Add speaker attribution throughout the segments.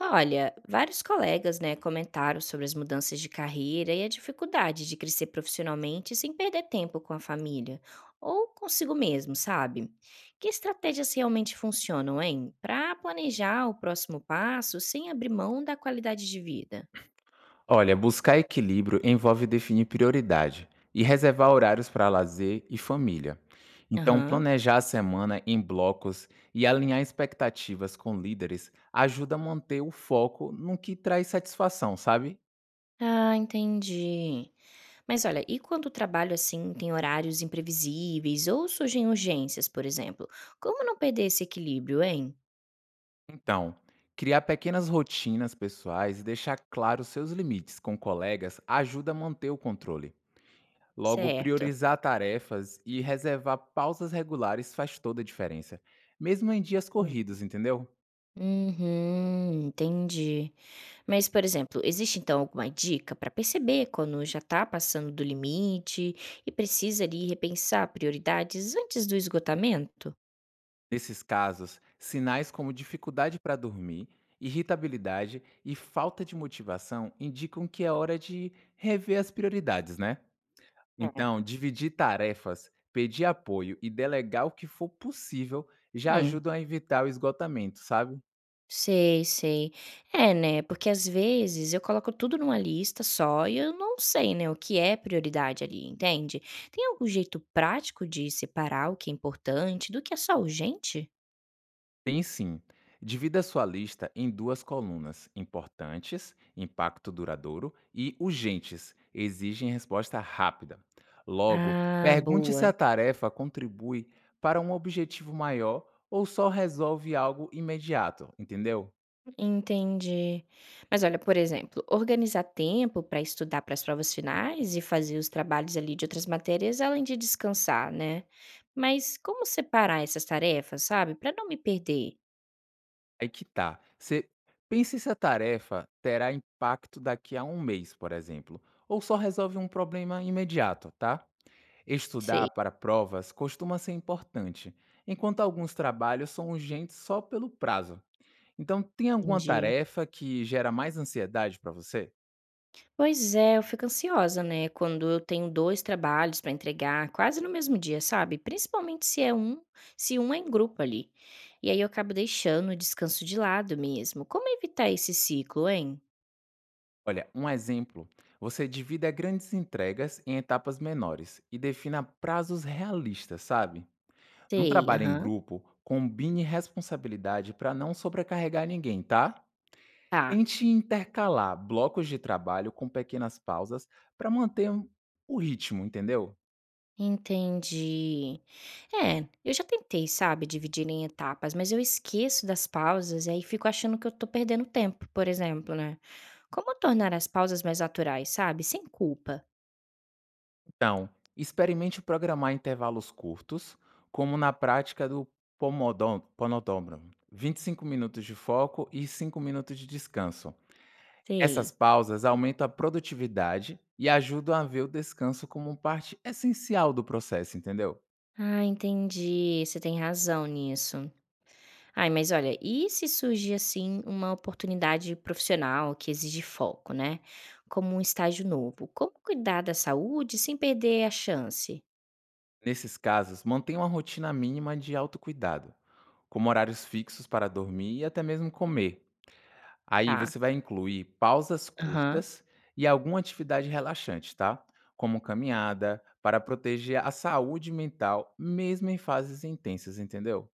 Speaker 1: Olha, vários colegas, né, comentaram sobre as mudanças de carreira e a dificuldade de crescer profissionalmente sem perder tempo com a família ou consigo mesmo, sabe? Que estratégias realmente funcionam, hein? Para planejar o próximo passo sem abrir mão da qualidade de vida.
Speaker 2: Olha, buscar equilíbrio envolve definir prioridade e reservar horários para lazer e família. Então,
Speaker 1: Aham.
Speaker 2: planejar a semana em blocos e alinhar expectativas com líderes ajuda a manter o foco no que traz satisfação, sabe?
Speaker 1: Ah, entendi. Mas olha, e quando o trabalho assim tem horários imprevisíveis ou surgem urgências, por exemplo? Como não perder esse equilíbrio, hein?
Speaker 2: Então, criar pequenas rotinas pessoais e deixar claro seus limites com colegas ajuda a manter o controle. Logo,
Speaker 1: Certo.
Speaker 2: priorizar tarefas e reservar pausas regulares faz toda a diferença, mesmo em dias corridos, entendeu?
Speaker 1: Uhum, entendi. Mas, por exemplo, existe então alguma dica para perceber quando já está passando do limite e precisa ali repensar prioridades antes do esgotamento?
Speaker 2: Nesses casos, sinais como dificuldade para dormir, irritabilidade e falta de motivação indicam que é hora de rever as prioridades, né?
Speaker 1: É.
Speaker 2: Então, dividir tarefas, pedir apoio e delegar o que for possível já
Speaker 1: Hum,
Speaker 2: ajudam a evitar o esgotamento, sabe?
Speaker 1: sei. É, né? Porque às vezes eu coloco tudo numa lista só e eu não sei, né, o que é prioridade ali, entende? Tem algum jeito prático de separar o que é importante do que é só urgente?
Speaker 2: Tem sim. Divida sua lista em duas colunas: importantes, impacto duradouro e urgentes, exigem resposta rápida. Logo,
Speaker 1: Ah,
Speaker 2: pergunte se a
Speaker 1: boa.
Speaker 2: tarefa contribui para um objetivo maior ou só resolve algo imediato, entendeu?
Speaker 1: Entendi. Mas olha, por exemplo, organizar tempo para estudar para as provas finais e fazer os trabalhos ali de outras matérias, além de descansar, né? Mas como separar essas tarefas, sabe? Para não me perder.
Speaker 2: Aí que tá. Você pense se a tarefa terá impacto daqui a um mês, por exemplo, ou só resolve um problema imediato, tá?
Speaker 1: Sei,
Speaker 2: Estudar para provas costuma ser importante, enquanto alguns trabalhos são urgentes só pelo prazo. Então, tem alguma
Speaker 1: entendi.
Speaker 2: tarefa que gera mais ansiedade para você?
Speaker 1: Pois é, eu fico ansiosa, né? Quando eu tenho dois trabalhos para entregar, quase no mesmo dia, sabe? Principalmente se um é em grupo ali. E aí eu acabo deixando o descanso de lado mesmo. Como evitar esse ciclo, hein?
Speaker 2: Olha, um exemplo: você divida grandes entregas em etapas menores e defina prazos realistas, sabe? Num
Speaker 1: Sei,
Speaker 2: trabalho em
Speaker 1: aham.
Speaker 2: grupo, combine responsabilidade para não sobrecarregar ninguém, tá?
Speaker 1: Tá.
Speaker 2: Tente intercalar blocos de trabalho com pequenas pausas para manter o ritmo, entendeu?
Speaker 1: Entendi. É, eu já tentei, sabe, dividir em etapas, mas eu esqueço das pausas e aí fico achando que eu tô perdendo tempo, por exemplo, né? Como tornar as pausas mais naturais, sabe? Sem culpa.
Speaker 2: Então, experimente programar intervalos curtos, como na prática do Pomodoro, 25 minutos de foco e 5 minutos de descanso. Essas
Speaker 1: Sei.
Speaker 2: pausas aumentam a produtividade e ajudam a ver o descanso como um parte essencial do processo, entendeu?
Speaker 1: Ah, entendi. Você tem razão nisso. Ai, mas olha, e se surgir assim uma oportunidade profissional que exige foco, né? Como um estágio novo. Como cuidar da saúde sem perder a chance?
Speaker 2: Nesses casos, mantenha uma rotina mínima de autocuidado, como horários fixos para dormir e até mesmo comer. Aí
Speaker 1: Tá.
Speaker 2: você vai incluir pausas
Speaker 1: Aham.
Speaker 2: curtas e alguma atividade relaxante, tá? Como caminhada, para proteger a saúde mental, mesmo em fases intensas, entendeu?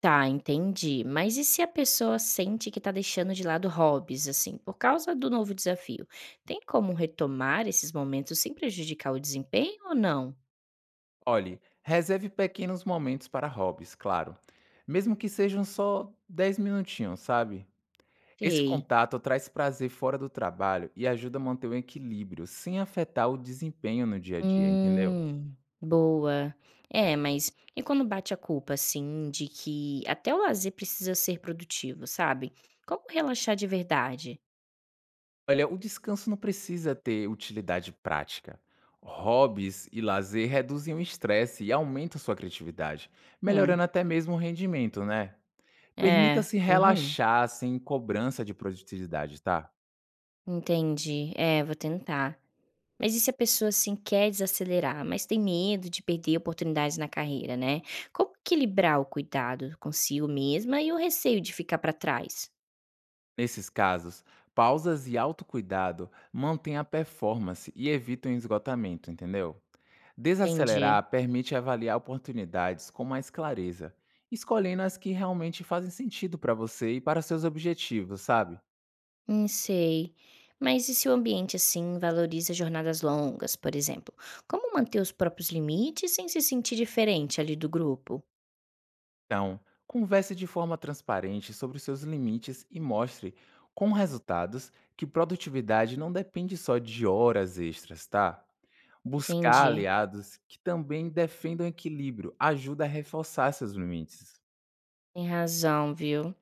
Speaker 1: Tá, entendi. Mas e se a pessoa sente que tá deixando de lado hobbies, assim, por causa do novo desafio? Tem como retomar esses momentos sem prejudicar o desempenho ou não?
Speaker 2: Olhe, reserve pequenos momentos para hobbies, claro. Mesmo que sejam só 10 minutinhos, sabe? Esse
Speaker 1: Sei.
Speaker 2: contato traz prazer fora do trabalho e ajuda a manter o equilíbrio, sem afetar o desempenho no dia a dia, entendeu?
Speaker 1: Hum, boa. É, mas e quando bate a culpa, assim, de que até o lazer precisa ser produtivo, sabe? Como relaxar de verdade?
Speaker 2: Olha, o descanso não precisa ter utilidade prática. Hobbies e lazer reduzem o estresse e aumentam sua criatividade,
Speaker 1: Hum,
Speaker 2: melhorando até mesmo o rendimento, né?
Speaker 1: é.
Speaker 2: Permita-se
Speaker 1: Uhum.
Speaker 2: relaxar sem cobrança de produtividade, tá?
Speaker 1: Entendi. É, vou tentar. Mas e se a pessoa, assim, quer desacelerar, mas tem medo de perder oportunidades na carreira, né? Como equilibrar o cuidado consigo mesma e o receio de ficar para trás?
Speaker 2: Nesses casos, pausas e autocuidado mantêm a performance e evitam o esgotamento, entendeu?
Speaker 1: Entendi.
Speaker 2: Desacelerar permite avaliar oportunidades com mais clareza, escolhendo as que realmente fazem sentido para você e para seus objetivos, sabe?
Speaker 1: Sei. Mas e se o ambiente, assim, valoriza jornadas longas, por exemplo? Como manter os próprios limites sem se sentir diferente ali do grupo?
Speaker 2: Então, converse de forma transparente sobre os seus limites e mostre com resultados que produtividade não depende só de horas extras, tá? Buscar
Speaker 1: Entendi.
Speaker 2: aliados que também defendam equilíbrio ajuda a reforçar seus limites.
Speaker 1: Tem razão, viu?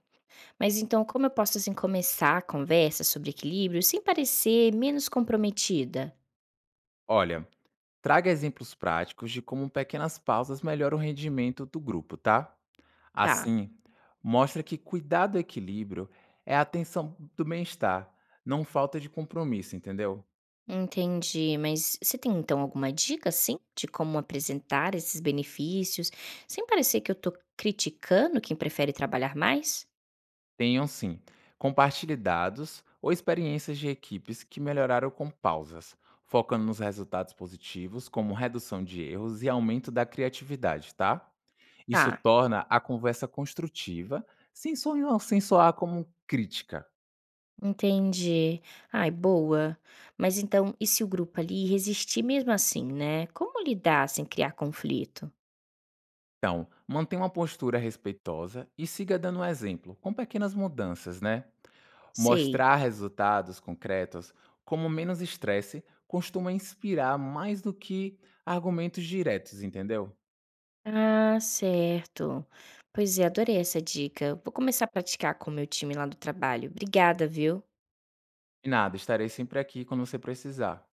Speaker 1: Mas então, como eu posso, assim, começar a conversa sobre equilíbrio sem parecer menos comprometida?
Speaker 2: Olha, traga exemplos práticos de como pequenas pausas melhoram o rendimento do grupo, tá?
Speaker 1: Tá.
Speaker 2: Assim, mostra que cuidar do equilíbrio é a atenção do bem-estar, não falta de compromisso, entendeu?
Speaker 1: Entendi, mas você tem então alguma dica, assim, de como apresentar esses benefícios, sem parecer que eu tô criticando quem prefere trabalhar mais?
Speaker 2: Tenham sim. Compartilhe dados ou experiências de equipes que melhoraram com pausas, focando nos resultados positivos, como redução de erros e aumento da criatividade, tá? Isso
Speaker 1: Tá,
Speaker 2: torna a conversa construtiva, sem soar como crítica.
Speaker 1: entendi. Ai, boa. Mas então, e se o grupo ali resistir mesmo assim, né? Como lidar sem criar conflito?
Speaker 2: Então, mantenha uma postura respeitosa e siga dando um exemplo, com pequenas mudanças, né?
Speaker 1: Sei.
Speaker 2: Mostrar resultados concretos como menos estresse costuma inspirar mais do que argumentos diretos, entendeu?
Speaker 1: Ah, certo. Pois é, adorei essa dica. Vou começar a praticar com o meu time lá do trabalho. Obrigada, viu?
Speaker 2: De nada, estarei sempre aqui quando você precisar.